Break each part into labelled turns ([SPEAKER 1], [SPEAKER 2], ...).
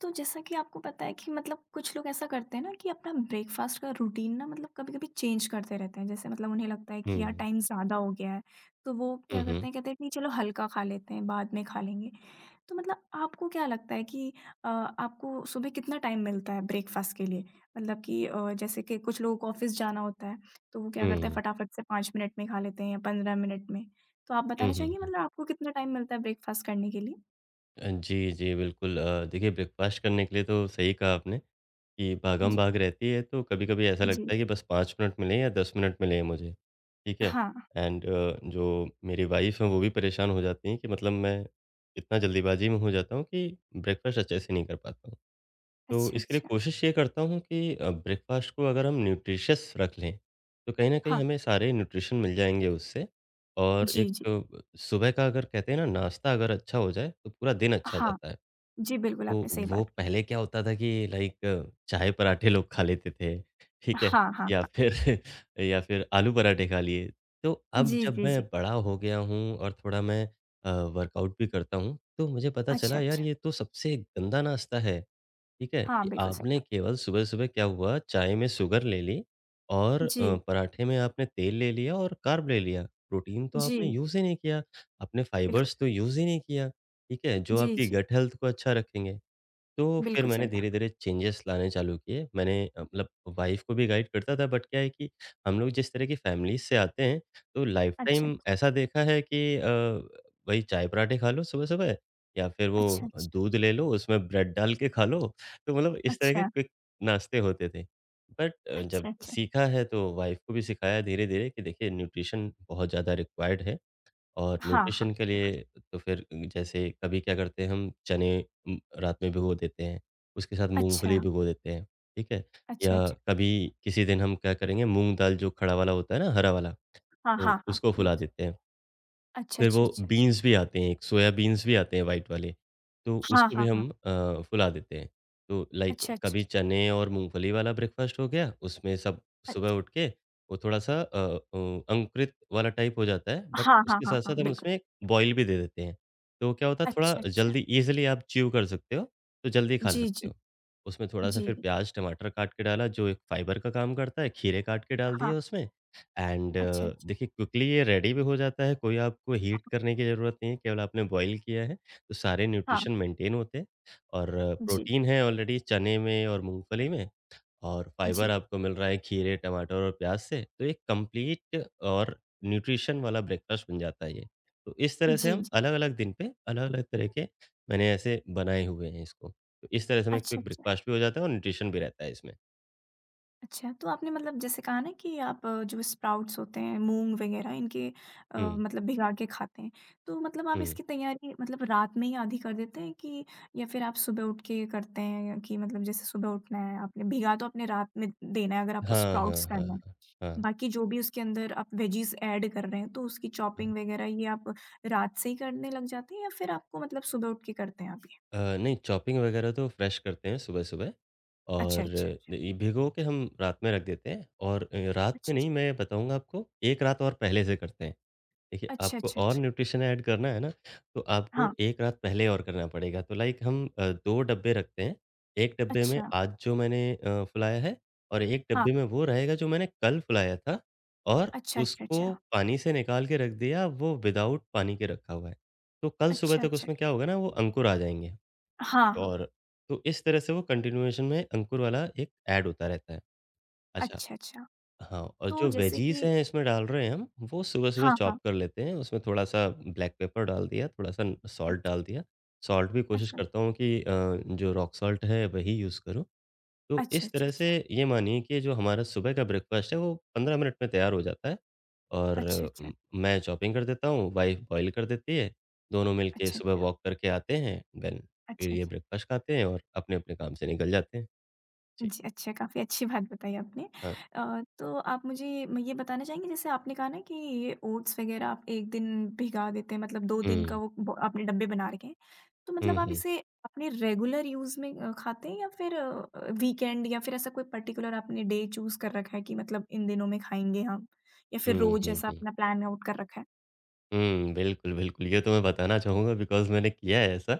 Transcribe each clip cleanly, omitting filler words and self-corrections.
[SPEAKER 1] तो जैसा कि आपको पता है कि मतलब कुछ लोग ऐसा करते हैं ना कि अपना ब्रेकफास्ट का रूटीन ना मतलब कभी कभी चेंज करते रहते हैं। जैसे मतलब उन्हें लगता है कि यार
[SPEAKER 2] हुँ।
[SPEAKER 1] टाइम ज़्यादा हो गया है, तो वो
[SPEAKER 2] हुँ,
[SPEAKER 1] क्या
[SPEAKER 2] हुँ।
[SPEAKER 1] करते हैं कहते हैं कि चलो हल्का खा लेते हैं, बाद में खा लेंगे। तो मतलब आपको क्या लगता है कि आपको सुबह कितना टाइम मिलता है ब्रेकफास्ट के लिए? मतलब कि जैसे कि कुछ लोगों को ऑफिस जाना होता है, तो वो क्या करते हैं
[SPEAKER 2] हुँ।
[SPEAKER 1] फटाफट से 5 मिनट में खा लेते हैं या 15 मिनट में। तो आप
[SPEAKER 2] हुँ,
[SPEAKER 1] बताना चाहेंगे
[SPEAKER 2] हुँ।
[SPEAKER 1] मतलब आपको कितना टाइम मिलता है ब्रेकफास्ट करने के लिए?
[SPEAKER 2] जी, जी, बिल्कुल देखिए ब्रेकफ़ास्ट करने के लिए तो सही कहा आपने कि
[SPEAKER 1] जी।
[SPEAKER 2] भागम-भाग रहती है तो कभी-कभी ऐसा
[SPEAKER 1] जी।
[SPEAKER 2] लगता है कि बस 5 मिनट मिले या 10 मिनट मिले मुझे, ठीक है?
[SPEAKER 1] हाँ।
[SPEAKER 2] एंड जो मेरी वाइफ़ हैं वो भी परेशान हो जाती हैं कि मतलब मैं इतना जल्दीबाज़ी में हो जाता हूँ कि ब्रेकफ़ास्ट अच्छे से नहीं कर पाता हूँ। तो
[SPEAKER 1] अच्छा,
[SPEAKER 2] इसके लिए
[SPEAKER 1] अच्छा।
[SPEAKER 2] कोशिश ये करता हूँ कि ब्रेकफ़ास्ट को अगर हम न्यूट्रिशियस रख लें, तो कहीं न कहीं
[SPEAKER 1] हाँ।
[SPEAKER 2] हमें सारे न्यूट्रिशन मिल जाएँगे उससे और
[SPEAKER 1] जी,
[SPEAKER 2] एक
[SPEAKER 1] जी।
[SPEAKER 2] सुबह का अगर कहते हैं ना नाश्ता अगर अच्छा हो जाए, तो पूरा दिन अच्छा
[SPEAKER 1] हाँ,
[SPEAKER 2] जाता है।
[SPEAKER 1] जी, बिल्कुल
[SPEAKER 2] तो
[SPEAKER 1] आपने सही
[SPEAKER 2] वो
[SPEAKER 1] बात की।
[SPEAKER 2] पहले क्या होता था कि लाइक चाय पराठे लोग खा लेते थे, ठीक है?
[SPEAKER 1] हाँ, हाँ,
[SPEAKER 2] या
[SPEAKER 1] हाँ।
[SPEAKER 2] फिर या फिर आलू पराठे खा लिए। तो अब
[SPEAKER 1] जी,
[SPEAKER 2] जब
[SPEAKER 1] जी,
[SPEAKER 2] मैं
[SPEAKER 1] जी।
[SPEAKER 2] बड़ा हो गया हूँ और थोड़ा मैं अ, वर्कआउट भी करता हूँ, तो मुझे पता
[SPEAKER 1] अच्छा,
[SPEAKER 2] चला यार
[SPEAKER 1] अच्छा।
[SPEAKER 2] ये तो सबसे गंदा नाश्ता है, ठीक है?
[SPEAKER 1] हाँ,
[SPEAKER 2] कि
[SPEAKER 1] बिल्कुल सही
[SPEAKER 2] आपने
[SPEAKER 1] कहा।
[SPEAKER 2] केवल सुबह-सुबह क्या हुआ चाय में शुगर ले ली और
[SPEAKER 1] जी,
[SPEAKER 2] पराठे में आपने तेल ले लिया और कार्ब ले लिया। प्रोटीन तो आपने
[SPEAKER 1] जी,
[SPEAKER 2] यूज़ ही नहीं किया, आपने
[SPEAKER 1] बिल्कुल।
[SPEAKER 2] फाइबर्स तो यूज़ ही नहीं किया, ठीक है? जो
[SPEAKER 1] जी,
[SPEAKER 2] आपकी
[SPEAKER 1] जी,
[SPEAKER 2] गट हेल्थ को अच्छा रखेंगे। तो फिर
[SPEAKER 1] बिल्कुल
[SPEAKER 2] मैंने
[SPEAKER 1] सही कहा।
[SPEAKER 2] धीरे-धीरे चेंजेस लाने चालू किए। मैंने मतलब वाइफ़ को भी गाइड करता था बट क्या है कि हम लोग जिस तरह की फैमिलीज़ से आते हैं, तो
[SPEAKER 1] अच्छा,
[SPEAKER 2] लाइफ़टाइम ऐसा देखा है कि वही चाय पराठे खा लो सुबह-सुबह या फिर वो
[SPEAKER 1] अच्छा, अच्छा,
[SPEAKER 2] दूध ले लो, उसमें ब्रेड डाल के खा लो। तो मतलब इस तरह के
[SPEAKER 1] अच्छा,
[SPEAKER 2] क्विक नाश्ते होते थे। बट जब
[SPEAKER 1] अच्छा, अच्छा।
[SPEAKER 2] सीखा है तो वाइफ़ को भी सिखाया धीरे-धीरे कि देखिए न्यूट्रिशन बहुत ज़्यादा रिक्वायर्ड है। और
[SPEAKER 1] हाँ, हाँ,
[SPEAKER 2] न्यूट्रिशन के लिए
[SPEAKER 1] बिल्कुल।
[SPEAKER 2] तो फिर जैसे कभी क्या करते हैं हम चने रात में भिगो देते हैं, उसके साथ
[SPEAKER 1] अच्छा,
[SPEAKER 2] मूँगफली भिगो देते हैं, ठीक है?
[SPEAKER 1] अच्छा,
[SPEAKER 2] या
[SPEAKER 1] अच्छा।
[SPEAKER 2] कभी किसी दिन हम क्या करेंगे मूँग दाल जो खड़ा वाला होता है ना, हरा वाला,
[SPEAKER 1] हाँ, हाँ,
[SPEAKER 2] तो
[SPEAKER 1] हाँ,
[SPEAKER 2] उसको फुला
[SPEAKER 1] बिल्कुल।
[SPEAKER 2] देते हैं।
[SPEAKER 1] अच्छा,
[SPEAKER 2] फिर
[SPEAKER 1] अच्छा,
[SPEAKER 2] वो
[SPEAKER 1] अच्छा, अच्छा।
[SPEAKER 2] बीन्स भी आते हैं, एक सोया बीन्स भी आते हैं व्हाइट वाले, तो
[SPEAKER 1] हाँ,
[SPEAKER 2] उसको भी
[SPEAKER 1] हाँ, हाँ।
[SPEAKER 2] हम फुला देते हैं। तो लाइक
[SPEAKER 1] अच्छा, अच्छा,
[SPEAKER 2] कभी चने और मूँगफली वाला ब्रेकफ़ास्ट हो गया, उसमें सब सुबह
[SPEAKER 1] अच्छा।
[SPEAKER 2] उठ के वो थोड़ा-सा अंकुरित वाला टाइप हो जाता है, बट
[SPEAKER 1] हाँ, हाँ,
[SPEAKER 2] उसके
[SPEAKER 1] हाँ, हाँ,
[SPEAKER 2] साथ-साथ हम
[SPEAKER 1] बिल्कुल।
[SPEAKER 2] उसमें बॉयल भी दे देते हैं। तो क्या होता है थोड़ा
[SPEAKER 1] अच्छा, अच्छा।
[SPEAKER 2] जल्दी ईज़िली आप च्यू कर सकते हो, तो जल्दी खा
[SPEAKER 1] जी,
[SPEAKER 2] सकते
[SPEAKER 1] जी,
[SPEAKER 2] हो। उसमें थोड़ा-सा
[SPEAKER 1] जी,
[SPEAKER 2] फिर
[SPEAKER 1] जी।
[SPEAKER 2] प्याज़, टमाटर काट के डाला जो एक फ़ाइबर का काम करता है, खीरे काट के डाल दिए
[SPEAKER 1] हाँ,
[SPEAKER 2] उसमें एंड
[SPEAKER 1] अच्छा, अच्छा।
[SPEAKER 2] देखिए क्विकली ये रेडी भी हो जाता है, कोई आपको हीट करने की ज़रूरत नहीं है, केवल आपने बॉयल किया है, तो सारे
[SPEAKER 1] हाँ,
[SPEAKER 2] न्यूट्रिशन मेंटेन होते हैं और
[SPEAKER 1] जी,
[SPEAKER 2] प्रोटीन है ऑलरेडी चने में और मूँगफली में और फाइबर
[SPEAKER 1] जी,
[SPEAKER 2] आपको मिल रहा है खीरे, टमाटर और प्याज़ से, तो एक कंप्लीट और न्यूट्रिशन वाला ब्रेकफ़ास्ट बन जाता है ये। तो इस तरह से
[SPEAKER 1] जी,
[SPEAKER 2] हम
[SPEAKER 1] जी।
[SPEAKER 2] अलग-अलग दिन पे अलग-अलग तरह के मैंने ऐसे बनाए हुए हैं इसको। तो इस तरह से हमें
[SPEAKER 1] अच्छा,
[SPEAKER 2] क्विक
[SPEAKER 1] अच्छा।
[SPEAKER 2] ब्रेकफ़ास्ट भी हो जाता है और न्यूट्रिशन भी रहता है इसमें।
[SPEAKER 1] अच्छा, तो आपने मतलब जैसे कहा ना कि आप जो स्प्राउट्स होते हैं, मूँग वग़ैरह इनके
[SPEAKER 2] हुँ,
[SPEAKER 1] मतलब भिगा के खाते हैं। तो मतलब आप
[SPEAKER 2] हुँ।
[SPEAKER 1] इसकी तैयारी मतलब रात में ही आधी कर देते हैं कि या फिर आप सुबह उठ के करते हैं कि मतलब जैसे सुबह उठना है आपने भिगा तो आपने रात में देना है अगर आपको
[SPEAKER 2] हाँ, हाँ, हाँ,
[SPEAKER 1] स्प्राउट्स करना
[SPEAKER 2] हाँ।
[SPEAKER 1] है।
[SPEAKER 2] हाँ, हाँ।
[SPEAKER 1] बाकी जो भी उसके अंदर आप वेजीज़ ऐड कर रहे हैं, तो उसकी चॉपिंग वग़ैरह ये आप रात से ही करने लग जाते हैं या फिर आपको मतलब सुबह उठ के करते हैं आप ये?
[SPEAKER 2] अ, नहीं चॉपिंग वगैरह तो फ्रेश करते हैं सुबह-सुबह
[SPEAKER 1] अच्छा,
[SPEAKER 2] और
[SPEAKER 1] अच्छा, अच्छा।
[SPEAKER 2] ये भिगो के हम रात में रख देते हैं और रात में नहीं मैं बताऊँगा आपको 1 रात और पहले से करते हैं। देखिए
[SPEAKER 1] अच्छा, अच्छा। अच्छा,
[SPEAKER 2] आपको
[SPEAKER 1] अच्छा,
[SPEAKER 2] और
[SPEAKER 1] अच्छा।
[SPEAKER 2] न्यूट्रिशन ऐड करना है ना, तो आपको
[SPEAKER 1] हाँ।
[SPEAKER 2] 1 रात पहले और करना पड़ेगा। तो लाइक हम 2 डब्बे रखते हैं। 1 डब्बे में
[SPEAKER 1] अच्छा।
[SPEAKER 2] आज जो मैंने फुलाया है और 1
[SPEAKER 1] हाँ।
[SPEAKER 2] डब्बे में वो रहेगा जो मैंने कल फुलाया था और
[SPEAKER 1] अच्छा, अच्छा,
[SPEAKER 2] उसको
[SPEAKER 1] अच्छा।
[SPEAKER 2] पानी से निकाल के रख दिया, वो विदाउट पानी के रखा हुआ है। तो कल सुबह
[SPEAKER 1] अच्छा,
[SPEAKER 2] तक
[SPEAKER 1] अच्छा।
[SPEAKER 2] उसमें
[SPEAKER 1] अच्छा।
[SPEAKER 2] क्या होगा ना, वो अंकुर आ जाएँगे।
[SPEAKER 1] हाँ, हाँ।
[SPEAKER 2] और तो इस तरह से वो कंटिन्यूएशन में अंकुर वाला एक ऐड होता रहता है। अच्छा,
[SPEAKER 1] अच्छा, अच्छा।
[SPEAKER 2] हाँ और
[SPEAKER 1] तो
[SPEAKER 2] जो
[SPEAKER 1] जैसे
[SPEAKER 2] वेजीज़
[SPEAKER 1] कि
[SPEAKER 2] हैं इसमें डाल रहे हैं हम, वो सुबह-सुबह
[SPEAKER 1] हाँ, हाँ।
[SPEAKER 2] चॉप कर लेते हैं, उसमें थोड़ा-सा ब्लैक पेपर डाल दिया, थोड़ा-सा सॉल्ट
[SPEAKER 1] अच्छा,
[SPEAKER 2] डाल दिया। सॉल्ट भी कोशिश
[SPEAKER 1] अच्छा,
[SPEAKER 2] करता हूँ कि जो रॉक सॉल्ट है वही यूज़ करूँ। तो
[SPEAKER 1] अच्छा,
[SPEAKER 2] इस
[SPEAKER 1] अच्छा,
[SPEAKER 2] तरह से
[SPEAKER 1] अच्छा।
[SPEAKER 2] ये मानिए कि जो हमारा सुबह का ब्रेकफास्ट है वो 15 मिनट में तैयार हो जाता है और
[SPEAKER 1] अच्छा, अच्छा, अच्छा,
[SPEAKER 2] म मैं चॉपिंग कर देता हूँ, वाइफ़ बॉयल कर देती है, दोनों मिलके
[SPEAKER 1] अच्छा,
[SPEAKER 2] सुबह वॉक करके आते हैं, देन फिर
[SPEAKER 1] अच्छा,
[SPEAKER 2] ये
[SPEAKER 1] अच्छा।
[SPEAKER 2] ब्रेकफास्ट खाते हैं और अपने-अपने काम से निकल जाते हैं। जी,
[SPEAKER 1] जी, अच्छा, काफ़ी अच्छी बात बताई आपने।
[SPEAKER 2] हाँ।
[SPEAKER 1] तो आप मुझे म ये बताना चाहेंगे जैसे आपने कहा ना कि ये ओट्स वग़ैरह आप 1 दिन भिगा देते हैं, मतलब 2 दिन का
[SPEAKER 2] हुँ।
[SPEAKER 1] वो ब आपने डब्बे बना रखे हैं। तो
[SPEAKER 2] हुँ,
[SPEAKER 1] मतलब आप
[SPEAKER 2] हुँ।
[SPEAKER 1] इसे अपने रेगुलर यूज़ में खाते हैं या फिर वीकेंड या फिर ऐसा कोई पर्टिकुलर आपने डे चूज़ कर रखा है कि मतलब इन दिनों में खाएँगे हम? या फिर
[SPEAKER 2] हुँ,
[SPEAKER 1] रोज़
[SPEAKER 2] हुँ,
[SPEAKER 1] ऐसा
[SPEAKER 2] हुँ।
[SPEAKER 1] अपना प्लान आउट कर रखा है?
[SPEAKER 2] हुँ, बिल्कुल, बिल्कुल। ये तो मैं बताना चाहूँगा बिकॉज़ मैंने किया है ऐसा।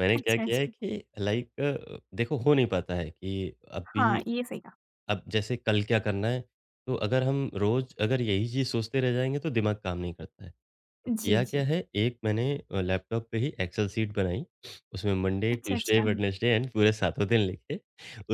[SPEAKER 2] मैंने क्या
[SPEAKER 1] अच्छा,
[SPEAKER 2] किया है
[SPEAKER 1] अच्छा।
[SPEAKER 2] कि लाइक देखो हो नहीं पाता है कि अभी
[SPEAKER 1] हाँ, ये सही कहा।
[SPEAKER 2] अब जैसे कल क्या करना है, तो अगर हम रोज़ अगर यही चीज़ सोचते रह जाएँगे तो दिमाग काम नहीं करता है। तो
[SPEAKER 1] जी,
[SPEAKER 2] किया क्या
[SPEAKER 1] जी।
[SPEAKER 2] है, एक मैंने लैपटॉप पे ही एक्सेल शीट बनाई। उसमें मंडे,
[SPEAKER 1] अच्छा,
[SPEAKER 2] ट्यूसडे,
[SPEAKER 1] अच्छा।
[SPEAKER 2] वेडनेसडे एंड पूरे सातों दिन लिखे।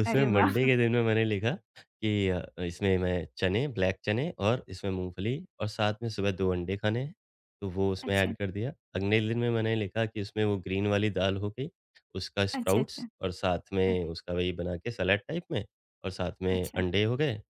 [SPEAKER 2] उसमें
[SPEAKER 1] अरे
[SPEAKER 2] मंडे
[SPEAKER 1] वाह!
[SPEAKER 2] के दिन में मैंने लिखा कि इसमें मैं चने, ब्लैक चने और इसमें मूँगफली और साथ में सुबह 2 अंडे खाने हैं, तो वो उसमें
[SPEAKER 1] अच्छा,
[SPEAKER 2] ऐड कर दिया। अगले दिन में मैंने लिखा कि इसमें वो ग्रीन वाली दाल हो गई, उसका
[SPEAKER 1] अच्छा,
[SPEAKER 2] स्प्राउट्स
[SPEAKER 1] अच्छा।
[SPEAKER 2] और साथ में
[SPEAKER 1] ओके।
[SPEAKER 2] उसका वही बना के सलाद टाइप में और साथ में
[SPEAKER 1] अच्छा,
[SPEAKER 2] अंडे हो गए।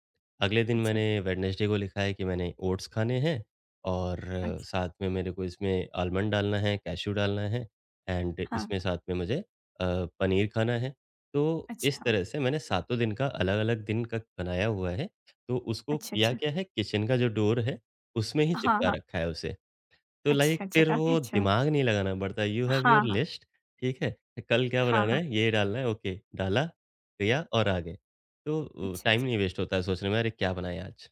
[SPEAKER 2] अगले दिन
[SPEAKER 1] अच्छा, अच्छा।
[SPEAKER 2] मैंने वेडनेसडे को लिखा है कि मैंने ओट्स खाने हैं। और
[SPEAKER 1] अच्छा।
[SPEAKER 2] साथ में मेरे को इसमें आलमंड डालना है, कैश्यू डालना है एंड
[SPEAKER 1] हाँ,
[SPEAKER 2] इसमें साथ में मुझे पनीर खाना है। तो इस
[SPEAKER 1] अच्छा,
[SPEAKER 2] तरह से मैंने सातों दिन का अलग-अलग दिन का बनाया हुआ है। तो उसको
[SPEAKER 1] अच्छा,
[SPEAKER 2] किया
[SPEAKER 1] अच्छा।
[SPEAKER 2] क्या है किचन का जो डोर है, उसमें ही
[SPEAKER 1] हाँ,
[SPEAKER 2] चिपका
[SPEAKER 1] हाँ।
[SPEAKER 2] रखा है उसे। तो लाइक
[SPEAKER 1] अच्छा, अच्छा,
[SPEAKER 2] फिर
[SPEAKER 1] काफ़ी
[SPEAKER 2] वो
[SPEAKER 1] अच्छा।
[SPEAKER 2] दिमाग नहीं लगाना पड़ता यू हैव योर
[SPEAKER 1] हाँ, हाँ।
[SPEAKER 2] लिस्ट ठीक है? कल क्या
[SPEAKER 1] हाँ,
[SPEAKER 2] बनाना
[SPEAKER 1] हाँ।
[SPEAKER 2] है? ये डालना है ओके डाला, किया और आ गए। तो
[SPEAKER 1] अच्छा,
[SPEAKER 2] टाइम
[SPEAKER 1] अच्छा।
[SPEAKER 2] नहीं वेस्ट होता है सोचने में अरे क्या बनाएँ आज?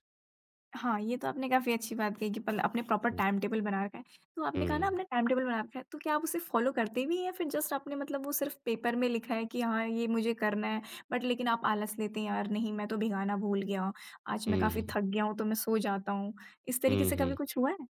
[SPEAKER 1] हाँ, ये तो आपने काफ़ी अच्छी बात कही कि पल आपने प्रॉपर
[SPEAKER 2] हुँ,
[SPEAKER 1] टाइम टेबल बना रखा है। तो आपने कहा ना
[SPEAKER 2] हुँ,
[SPEAKER 1] आपने टाइम टेबल बना रखा है, तो क्या आप उसे फॉलो करते भी हैं या फिर जस्ट आपने मतलब वो सिर्फ़ पेपर में लिखा है कि हाँ, ये मुझे करना है, बट लेकिन आप आलस लेते हैं, "यार नहीं, मैं तो भिगाना भूल गया, आज मैं
[SPEAKER 2] हुँ,
[SPEAKER 1] काफ़ी
[SPEAKER 2] हुँ,
[SPEAKER 1] थक गया हूँ, तो मैं सो जाता हूँ।" इस तरीके
[SPEAKER 2] हुँ,
[SPEAKER 1] से कभी
[SPEAKER 2] हुँ।
[SPEAKER 1] कुछ हुआ है?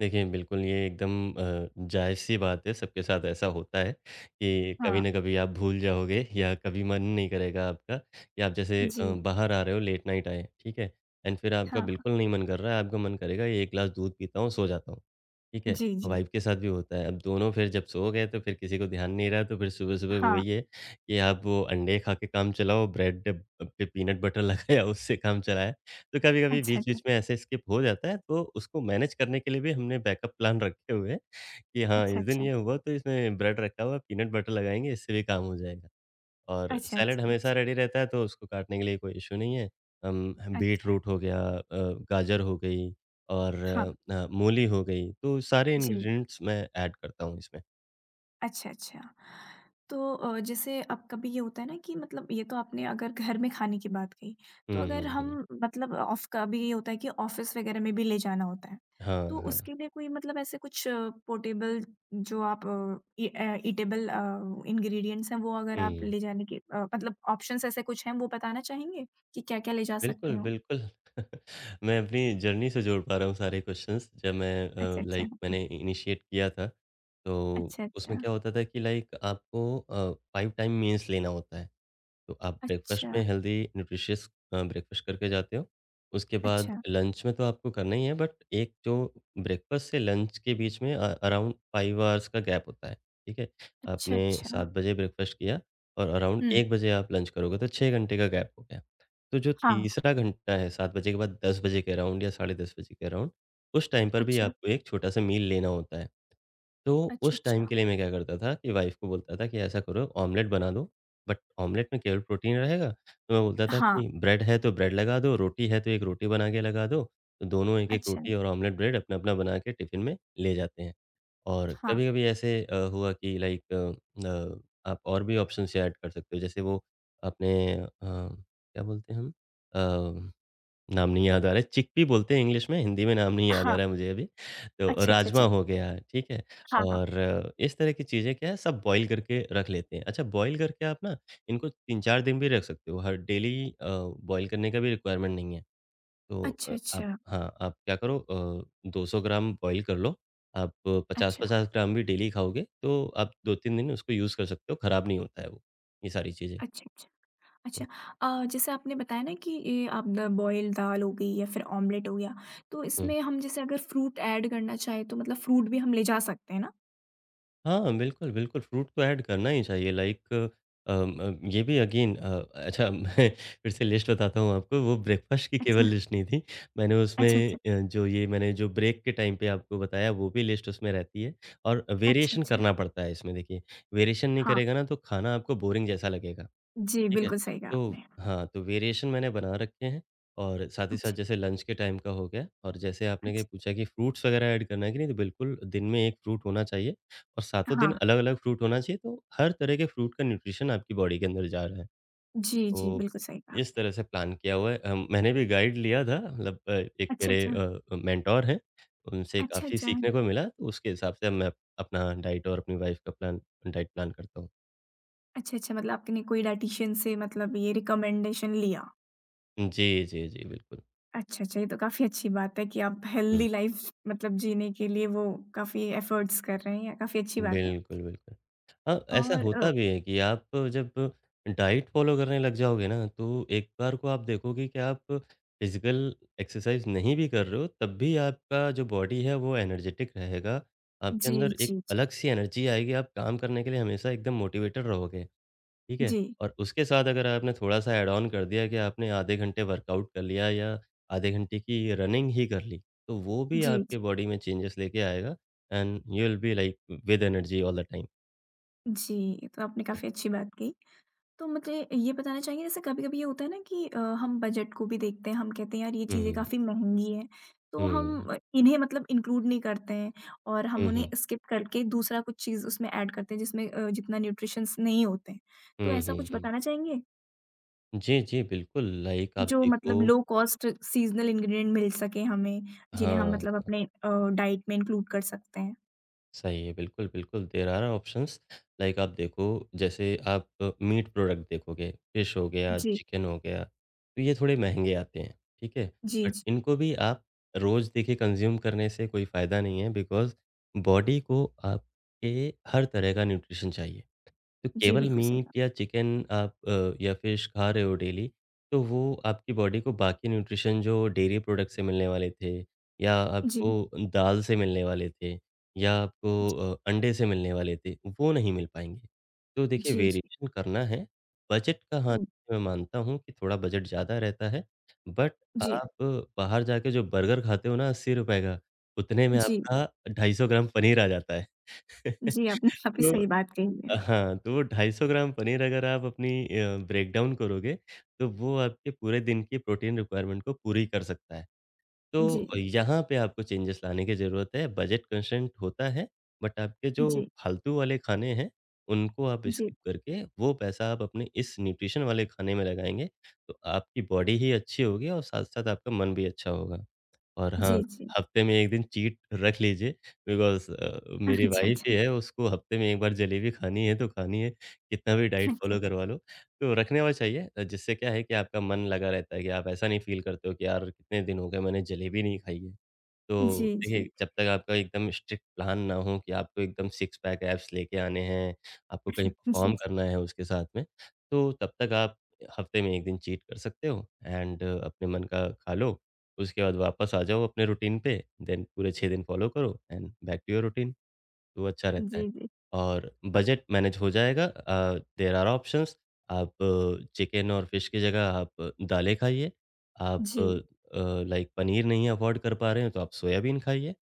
[SPEAKER 2] देखिए, बिल्कुल ये एकदम जायज़-सी बात है, सबके साथ ऐसा होता है कि कभी
[SPEAKER 1] हाँ।
[SPEAKER 2] न कभी आप भूल जाओगे या कभी मन नहीं करेगा आपका कि आप जैसे
[SPEAKER 1] जी।
[SPEAKER 2] बाहर आ रहे हो, लेट नाइट आए, ठीक है? एंड फिर आपका
[SPEAKER 1] हाँ, हाँ।
[SPEAKER 2] बिल्कुल नहीं मन कर रहा है, आपका मन करेगा ये 1 ग्लास दूध पीता हूँ, सो जाता हूँ, ठीक है?
[SPEAKER 1] जी, जी।
[SPEAKER 2] वाइफ़ के साथ भी होता है, अब दोनों फिर जब सो गए तो फिर किसी को ध्यान नहीं रहा, तो फिर सुबह-सुबह वही
[SPEAKER 1] हाँ।
[SPEAKER 2] है कि आप वो अंडे खा के काम चलाओ, ब्रेड पे पीनट बटर लगाया उससे काम चलाया, तो कभी-कभी
[SPEAKER 1] अच्छा, अच्छा।
[SPEAKER 2] बीच-बीच में ऐसे स्किप हो जाता है, तो उसको मैनेज करने के लिए भी हमने बैकअप प्लान रखे हुए हैं कि हाँ,
[SPEAKER 1] अच्छा,
[SPEAKER 2] इस दिन
[SPEAKER 1] अच्छा।
[SPEAKER 2] ये हुआ तो इसमें ब्रेड रखा हुआ है, पीनट बटर लगाएँगे, इससे भी काम हो जाएगा। और
[SPEAKER 1] अच्छा,
[SPEAKER 2] सैलेड
[SPEAKER 1] अच्छा,
[SPEAKER 2] हमेशा
[SPEAKER 1] अच्छा।
[SPEAKER 2] रेडी रहता है, तो उसको काटने के लिए कोई इश्यू नहीं है। हम
[SPEAKER 1] अच्छा।
[SPEAKER 2] बीटरूट हो गया गाजर हो गई और
[SPEAKER 1] हाँ,
[SPEAKER 2] मूली हो गई, तो सारे
[SPEAKER 1] जी।
[SPEAKER 2] इंग्रीडिएंट्स मैं ऐड करता हूँ इसमें।
[SPEAKER 1] अच्छा, अच्छा। तो जैसे अब कभी ये होता है ना कि मतलब ये तो आपने अगर घर में खाने की बात कही, तो
[SPEAKER 2] हुँ,
[SPEAKER 1] अगर
[SPEAKER 2] हुँ,
[SPEAKER 1] हम
[SPEAKER 2] हुँ।
[SPEAKER 1] मतलब ऑफ कभी ये होता है कि ऑफ़िस वग़ैरह में भी ले जाना होता है, तो
[SPEAKER 2] हाँ, हाँ।
[SPEAKER 1] उसके लिए कोई मतलब ऐसे कुछ पोर्टेबल जो आप ईटेबल इंग्रीडिएंट्स हैं, वो अगर आप
[SPEAKER 2] हुँ।
[SPEAKER 1] ले जाने के मतलब ऑप्शंस ऐसे कुछ हैं, वो बताना चाहेंगे कि क्या-क्या ले जा सकते
[SPEAKER 2] बिल्कुल,
[SPEAKER 1] हो?
[SPEAKER 2] बिल्कुल। मैं अपनी जर्नी से जोड़ पा रहा हूँ सारे क्वेश्चन्स जब मैं
[SPEAKER 1] अच्छा, अच्छा।
[SPEAKER 2] लाइक
[SPEAKER 1] हुँ।
[SPEAKER 2] मैंने इनिशिएट किया था, तो
[SPEAKER 1] अच्छा,
[SPEAKER 2] उसमें
[SPEAKER 1] अच्छा।
[SPEAKER 2] क्या होता था कि लाइक आपको 5 टाइम मील्स लेना होता है। तो आप ब्रेकफ़ास्ट
[SPEAKER 1] अच्छा,
[SPEAKER 2] में हेल्दी न्यूट्रिशियस ब्रेकफ़ास्ट करके जाते हो। उसके बाद
[SPEAKER 1] अच्छा।
[SPEAKER 2] लंच में तो आपको करना ही है बट एक जो ब्रेकफ़ास्ट से लंच के बीच में अराउंड 5 आवर्स का गैप होता है, ठीक है?
[SPEAKER 1] अच्छा,
[SPEAKER 2] आपने
[SPEAKER 1] अच्छा।
[SPEAKER 2] 7 बजे ब्रेकफ़ास्ट किया और अराउंड
[SPEAKER 1] हुँ।
[SPEAKER 2] 1 बजे आप लंच करोगे तो 6 घंटे का गैप हो गया। तो जो
[SPEAKER 1] हाँ।
[SPEAKER 2] तीसरा घंटा है 7 बजे के बाद 10 बजे के अराउंड या साढ़े 10 बजे के अराउंड, उस टाइम पर भी
[SPEAKER 1] अच्छा।
[SPEAKER 2] आपको एक छोटा-सा मील लेना होता है। तो
[SPEAKER 1] अच्छा,
[SPEAKER 2] उस टाइम
[SPEAKER 1] अच्छा।
[SPEAKER 2] के लिए मैं क्या करता था कि वाइफ़ को बोलता था कि ऐसा करो ऑमलेट बना दो, बट ऑमलेट में केवल प्रोटीन रहेगा। तो मैं बोलता था
[SPEAKER 1] हाँ,
[SPEAKER 2] कि ब्रेड है तो ब्रेड लगा दो, रोटी है तो 1 रोटी बना के लगा दो। तो दोनों 1-1
[SPEAKER 1] अच्छा,
[SPEAKER 2] रोटी और ऑमलेट ब्रेड अपना-अपना बना के टिफ़िन में ले जाते हैं। और
[SPEAKER 1] हाँ,
[SPEAKER 2] कभी-कभी ऐसे हुआ कि लाइक आप और भी ऑप्शंस ऐड कर सकते हो। जैसे वो अपने क्या बोलते हैं हम? अ नाम नहीं याद आ रहा है, चिकपी बोलते हैं इंग्लिश में, हिंदी में नाम नहीं याद आ
[SPEAKER 1] हाँ,
[SPEAKER 2] रहा है मुझे अभी। तो
[SPEAKER 1] अच्छा, अच्छा,
[SPEAKER 2] राजमा
[SPEAKER 1] अच्छा,
[SPEAKER 2] हो गया, ठीक है?
[SPEAKER 1] हाँ, हाँ,
[SPEAKER 2] और इस तरह की चीज़ें क्या है सब बॉयल करके रख लेते हैं। अच्छा बॉयल करके आप ना इनको 3-4 दिन भी रख सकते हो, हर डेली बॉयल करने का भी रिक्वायरमेंट नहीं है। तो
[SPEAKER 1] अच्छा,
[SPEAKER 2] आप
[SPEAKER 1] अच्छा,
[SPEAKER 2] हाँ, आप क्या करो 200 ग्राम बॉयल कर लो, आप
[SPEAKER 1] अच्छा,
[SPEAKER 2] 50-50 ग्राम भी डेली खाओगे, तो आप 2-3 दिन उसको यूज़ कर सकते हो, खराब नहीं होता है वो, ये सारी चीज़ें।
[SPEAKER 1] अच्छा, अच्छा, अच्छा।
[SPEAKER 2] हुँ,
[SPEAKER 1] जैसे आपने बताया ना कि ये आप द बॉइल्ड दाल हो गई या फिर ऑमलेट हो गया, तो
[SPEAKER 2] हुँ।
[SPEAKER 1] इसमें हम जैसे अगर फ्रूट ऐड करना चाहें तो मतलब फ्रूट भी हम ले जा सकते हैं ना?
[SPEAKER 2] हाँ, बिल्कुल, बिल्कुल फ्रूट तो ऐड करना ही चाहिए लाइक अ, म ये भी अगेन अ, अच्छा मैं फिर से लिस्ट बताता हूँ आपको वो ब्रेकफ़ास्ट की केवल
[SPEAKER 1] अच्छा,
[SPEAKER 2] लिस्ट नहीं थी। मैंने उसमें
[SPEAKER 1] अच्छा, अच्छा,
[SPEAKER 2] जो ये मैंने जो ब्रेक के टाइम पे आपको बताया वो भी लिस्ट उसमें रहती है और
[SPEAKER 1] अच्छा,
[SPEAKER 2] वेरिएशन
[SPEAKER 1] अच्छा,
[SPEAKER 2] करना पड़ता है इसमें देखिए। वेरिएशन नहीं
[SPEAKER 1] हाँ,
[SPEAKER 2] करेगा ना तो खाना आपको बोरिंग जैसा लगेगा।
[SPEAKER 1] जी,
[SPEAKER 2] ठीक है?
[SPEAKER 1] बिल्कुल सही कहा
[SPEAKER 2] तो
[SPEAKER 1] आपने।
[SPEAKER 2] हाँ, तो वेरिएशन मैंने बना रखे हैं और साथ ही साथ
[SPEAKER 1] अच्छा,
[SPEAKER 2] जैसे लंच के टाइम का हो गया और जैसे आपने ये
[SPEAKER 1] अच्छा,
[SPEAKER 2] पूछा कि फ्रूट्स वगैरह ऐड करना है कि नहीं, तो बिल्कुल दिन में 1 फ्रूट होना चाहिए और सातों दिन
[SPEAKER 1] हाँ,
[SPEAKER 2] अलग-अलग फ्रूट होना चाहिए, तो हर तरह के फ्रूट का न्यूट्रिशन आपकी बॉडी के अंदर जा रहा है।
[SPEAKER 1] जी, जी,
[SPEAKER 2] तो
[SPEAKER 1] बिल्कुल सही कहा
[SPEAKER 2] इस
[SPEAKER 1] आपने।
[SPEAKER 2] तरह से प्लान किया हुआ है। मैंने भी गाइड लिया था मतलब एक
[SPEAKER 1] अच्छा,
[SPEAKER 2] मेरे
[SPEAKER 1] अच्छा,
[SPEAKER 2] मेंटर हैं, उनसे
[SPEAKER 1] अच्छा,
[SPEAKER 2] काफ़ी
[SPEAKER 1] अच्छा,
[SPEAKER 2] सीखने को मिला, तो उसके हिसाब से अब मैं अपना डाइट और अपनी वाइफ का प्लान डाइट प्लान करता हूँ।
[SPEAKER 1] अच्छा, अच्छा, मतलब आपने कोई डायटीशियन से मतलब ये रिकमेंडेशन लिया।
[SPEAKER 2] जी, जी, जी, बिल्कुल।
[SPEAKER 1] अच्छा, अच्छा, ये तो काफ़ी अच्छी बात है कि आप
[SPEAKER 2] हुँ।
[SPEAKER 1] हेल्दी लाइफ़ मतलब जीने के लिए वो काफ़ी एफ़र्ट्स कर रहे हैं, काफ़ी अच्छी बात है।
[SPEAKER 2] बिल्कुल, बिल्कुल। हाँ, ऐसा
[SPEAKER 1] और
[SPEAKER 2] होता भी है कि आप जब डाइट फ़ॉलो करने लग जाओगे ना, तो एक बार को आप देखोगे कि आप फिज़िकल एक्सरसाइज़ नहीं भी कर रहे हो, तब भी आपका जो बॉडी है वो एनर्जेटिक रहेगा। आपके
[SPEAKER 1] जी,
[SPEAKER 2] अंदर एक
[SPEAKER 1] जी, जी।
[SPEAKER 2] अलग-सी एनर्जी आएगी, आप काम करने के लिए हमेशा एकदम मोटिवेटेड रहोगे। ठीक है?
[SPEAKER 1] जी,
[SPEAKER 2] और उसके साथ अगर आपने थोड़ा-सा ऐड ऑन कर दिया कि आपने आधे घंटे वर्कआउट कर लिया या आधे घंटे की रनिंग ही कर ली, तो वो भी
[SPEAKER 1] जी,
[SPEAKER 2] आपके
[SPEAKER 1] जी,
[SPEAKER 2] बॉडी में चेंजेस लेके आएगा and you will be like with energy all the time.
[SPEAKER 1] जी, ये तो आपने काफ़ी अच्छी बात कही। तो मुझे ये बताना चाहिए जैसे कभी-कभी ये होता है ना कि हम बजट को भी देखते हैं, हम कहते हैं यार ये
[SPEAKER 2] हुँ,
[SPEAKER 1] चीज़ें
[SPEAKER 2] हुँ,
[SPEAKER 1] काफ़ी महँगी हैं, तो हम
[SPEAKER 2] हुँ,
[SPEAKER 1] इन्हें मतलब इंक्लूड नहीं करते हैं और हम
[SPEAKER 2] हुँ,
[SPEAKER 1] उन्हें
[SPEAKER 2] हुँ,
[SPEAKER 1] स्किप करके दूसरा कुछ चीज़ उसमें ऐड करते हैं जिसमें जितना न्यूट्रिशंस नहीं होते हैं। तो
[SPEAKER 2] हुँ,
[SPEAKER 1] ऐसा
[SPEAKER 2] हुँ,
[SPEAKER 1] कुछ
[SPEAKER 2] हुँ।
[SPEAKER 1] बताना चाहेंगे?
[SPEAKER 2] जी, जी, बिल्कुल लाइक आप
[SPEAKER 1] जो
[SPEAKER 2] देखो
[SPEAKER 1] मतलब लो कॉस्ट सीज़नल इंग्रीडिएंट मिल सके हमें, जिन्हें हम
[SPEAKER 2] हाँ।
[SPEAKER 1] मतलब अपने डाइट में इंक्लूड कर सकते हैं।
[SPEAKER 2] सही है, बिल्कुल, बिल्कुल देयर आर ऑप्शंस लाइक आप देखो जैसे आप मीट प्रोडक्ट देखोगे, फिश हो गया,
[SPEAKER 1] जी,
[SPEAKER 2] चिकन हो गया, तो ये थोड़े महँगे आते हैं, ठीक है?
[SPEAKER 1] जी,
[SPEAKER 2] बट
[SPEAKER 1] जी।
[SPEAKER 2] इनको भी आप रोज़ देखिए कंज़्यूम करने से कोई फ़ायदा नहीं है बिकॉज़ बॉडी को आपके हर तरह का न्यूट्रिशन चाहिए। तो
[SPEAKER 1] जी,
[SPEAKER 2] केवल
[SPEAKER 1] बिल्कुल सही कहा।
[SPEAKER 2] मीट या चिकन आप या फिश खा रहे हो डेली, तो वो आपकी बॉडी को बाकी न्यूट्रिशन जो डेयरी प्रोडक्ट से मिलने वाले थे या
[SPEAKER 1] जी,
[SPEAKER 2] आपको दाल से मिलने वाले थे या
[SPEAKER 1] जी,
[SPEAKER 2] आपको अंडे से मिलने वाले थे, वो नहीं मिल पाएँगे। तो देखिए
[SPEAKER 1] जी, जी।
[SPEAKER 2] वेरिएशन करना है, बजट का हाँ,
[SPEAKER 1] हुँ,
[SPEAKER 2] मैं मानता हूँ कि थोड़ा बजट ज़्यादा रहता है, बट
[SPEAKER 1] जी,
[SPEAKER 2] आप बाहर जाके जो बर्गर खाते हो ना ₹80 का, उतने में
[SPEAKER 1] जी,
[SPEAKER 2] आपका 250 ग्राम पनीर आ जाता है।
[SPEAKER 1] जी, आपने काफ़ी
[SPEAKER 2] तो
[SPEAKER 1] सही बात कही है।
[SPEAKER 2] हाँ, तो वो 250 ग्राम पनीर अगर आप अपनी ब्रेकडाउन करोगे, तो वो आपके पूरे दिन की प्रोटीन रिक्वायरमेंट को पूरी कर सकता है। तो
[SPEAKER 1] जी,
[SPEAKER 2] यहाँ पे आपको चेंजेस लाने की ज़रूरत है, बजट कंस्ट्रेंट होता है, बट आपके जो
[SPEAKER 1] जी,
[SPEAKER 2] फालतू वाले खाने हैं, उनको आप
[SPEAKER 1] जी,
[SPEAKER 2] स्किप करके वो पैसा आप अपने इस न्यूट्रिशन वाले खाने में लगाएँगे, तो आपकी बॉडी ही अच्छी होगी और साथ-साथ आपका मन भी अच्छा होगा। और हाँ,
[SPEAKER 1] जी, जी।
[SPEAKER 2] हफ्ते में 1 दिन चीट रख लीजिए बिकॉज़ मेरी
[SPEAKER 1] अच्छा,
[SPEAKER 2] वाइफ़ ही
[SPEAKER 1] अच्छा,
[SPEAKER 2] है, उसको हफ्ते में 1 बार जलेबी खानी है तो खानी है, कितना भी
[SPEAKER 1] अच्छा,
[SPEAKER 2] डाइट
[SPEAKER 1] अच्छा।
[SPEAKER 2] फ़ॉलो करवा लो। तो रखने हुआ चाहिए जिससे क्या है कि आपका मन लगा रहता है कि आप ऐसा नहीं फ़ील करते हो कि यार कितने दिन हो गए मैंने जलेबी नहीं खाई है। तो
[SPEAKER 1] जी, जी,
[SPEAKER 2] देखिए, जब तक आपका एकदम स्ट्रिक्ट प्लान ना हो कि आपको एकदम सिक्स पैक एब्स लेके आने हैं, आपको कहीं
[SPEAKER 1] जी,
[SPEAKER 2] परफ़ॉर्म करना है उसके साथ में, तो तब तक आप हफ़्ते में 1 दिन चीट कर सकते हो एंड अपने मन का खा लो। उसके बाद वापस आ जाओ अपने रूटीन पे, देन पूरे 6 दिन फ़ॉलो करो and back to your routine. तो अच्छा रहता है
[SPEAKER 1] जी, जी,
[SPEAKER 2] और
[SPEAKER 1] हाँ।
[SPEAKER 2] बजट मैनेज हो जाएगा। देयर आर ऑप्शंस आप चिकन और फिश की जगह आप दालें खाइए। आप
[SPEAKER 1] जी,
[SPEAKER 2] अ, लाइक पनीर नहीं अफ़ोर्ड कर पा रहे हैं तो आप सोयाबीन खाइए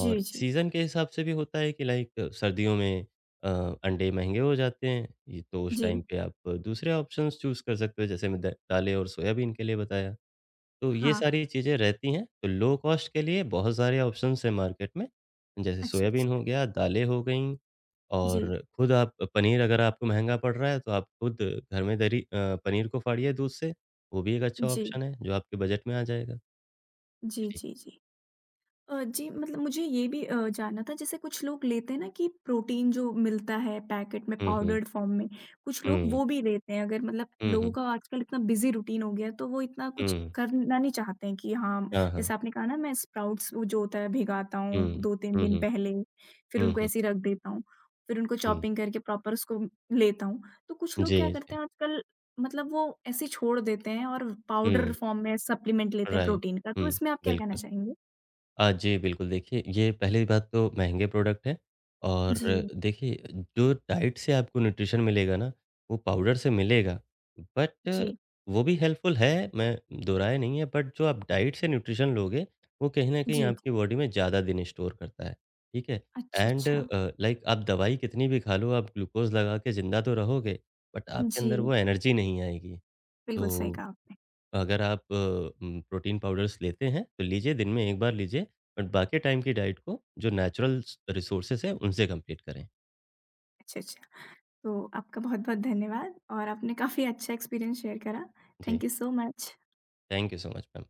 [SPEAKER 2] और
[SPEAKER 1] जी,
[SPEAKER 2] सीज़न के हिसाब से भी होता है कि लाइक सर्दियों में अ, अंडे महँगे हो जाते हैं। ये तो उस टाइम
[SPEAKER 1] जी,
[SPEAKER 2] पे आप दूसरे ऑप्शंस चूज़ कर सकते हो जैसे मैं द दालें और सोयाबीन के लिए बताया। तो ये
[SPEAKER 1] हाँ।
[SPEAKER 2] सारी चीज़ें रहती हैं। तो लो कॉस्ट के लिए बहुत सारे ऑप्शंस हैं मार्केट में। जैसे
[SPEAKER 1] अच्छा,
[SPEAKER 2] सोयाबीन
[SPEAKER 1] अच्छा।
[SPEAKER 2] हो गया, दालें हो गईं। और
[SPEAKER 1] जी,
[SPEAKER 2] खुद आप पनीर अगर आपको महँगा पड़ रहा है, तो आप खुद घर में दरी पनीर को फाड़िए दूध से, वो भी एक अच्छा
[SPEAKER 1] जी,
[SPEAKER 2] ऑप्शन है, जो आपके बजट में आ जाएगा।
[SPEAKER 1] जी,
[SPEAKER 2] जी।
[SPEAKER 1] जी, जी। जी मतलब मुझे ये भी जानना था, जैसे कुछ लोग लेते हैं ना कि प्रोटीन जो मिलता है पैकेट में
[SPEAKER 2] हुँ, हुँ।
[SPEAKER 1] पाउडर्ड फॉर्म में, कुछ लोग
[SPEAKER 2] हुँ।
[SPEAKER 1] वो भी लेते हैं। अगर मतलब
[SPEAKER 2] हुँ,
[SPEAKER 1] लोगों
[SPEAKER 2] हुँ।
[SPEAKER 1] का आजकल इतना बिजी रूटीन हो गया है तो वो इतना कुछ
[SPEAKER 2] हुँ।
[SPEAKER 1] करना नहीं चाहते हैं कि हाँ,
[SPEAKER 2] हाँ, हाँ।
[SPEAKER 1] जैसे आपने कहा ना मैं स्प्राउट्स वो जो होता है भिगाता हूँ
[SPEAKER 2] हुँ।
[SPEAKER 1] दो तीन
[SPEAKER 2] हुँ,
[SPEAKER 1] दिन
[SPEAKER 2] हुँ।
[SPEAKER 1] पहले, फिर
[SPEAKER 2] हुँ,
[SPEAKER 1] उनको
[SPEAKER 2] हुँ।
[SPEAKER 1] ऐसे ही रख देता हूँ, फिर उनको
[SPEAKER 2] हुँ।
[SPEAKER 1] चॉपिंग करके प्रॉपर उसको लेता हूँ। तो कुछ लोग क्या
[SPEAKER 2] जी,
[SPEAKER 1] करते
[SPEAKER 2] जी।
[SPEAKER 1] हैं आजकल मतलब वो ऐसे ही छोड़ देते हैं और पाउडर
[SPEAKER 2] हुँ।
[SPEAKER 1] फॉर्म में सप्लीमेंट लेते हैं
[SPEAKER 2] राइट।
[SPEAKER 1] प्रोटीन का, तो
[SPEAKER 2] हुँ,
[SPEAKER 1] इसमें आप क्या कहना
[SPEAKER 2] बिल्कुल।
[SPEAKER 1] चाहेंगे?
[SPEAKER 2] जी, बिल्कुल, देखिए ये पहली बात तो महँगे प्रोडक्ट हैं और
[SPEAKER 1] जी।
[SPEAKER 2] देखिए जो डाइट से आपको न्यूट्रिशन मिलेगा ना, वो पाउडर से मिलेगा, बट
[SPEAKER 1] जी,
[SPEAKER 2] वो भी हेल्पफुल है, मैं दोहराया नहीं है, बट जो आप डाइट से न्यूट्रिशन लोगे, वो कहीं न कहीं
[SPEAKER 1] जी,
[SPEAKER 2] आपकी
[SPEAKER 1] जी।
[SPEAKER 2] बॉडी में ज़्यादा दिन स्टोर करता है, ठीक है?
[SPEAKER 1] अच्छा,
[SPEAKER 2] एंड
[SPEAKER 1] अच्छा।
[SPEAKER 2] लाइक आप दवाई कितनी भी खा लो, आप ग्लूकोज़ लगा के ज़िंदा तो रहोगे, बट आपके अंदर
[SPEAKER 1] जी,
[SPEAKER 2] वो एनर्जी नहीं आएगी,
[SPEAKER 1] बिल्कुल सही
[SPEAKER 2] तो
[SPEAKER 1] कहा आपने।
[SPEAKER 2] अगर आप प्रोटीन पाउडर्स लेते हैं, तो लीजिए दिन में 1 बार लीजिए, बट बाकी टाइम की डाइट को जो नेचुरल रिसोर्सेज़ हैं, उनसे कंप्लीट करें।
[SPEAKER 1] अच्छा, अच्छा। तो आपका बहुत-बहुत धन्यवाद और आपने काफ़ी अच्छा एक्सपीरियंस शेयर करा।
[SPEAKER 2] जी,
[SPEAKER 1] thank you so much.
[SPEAKER 2] Thank you so much ma'am.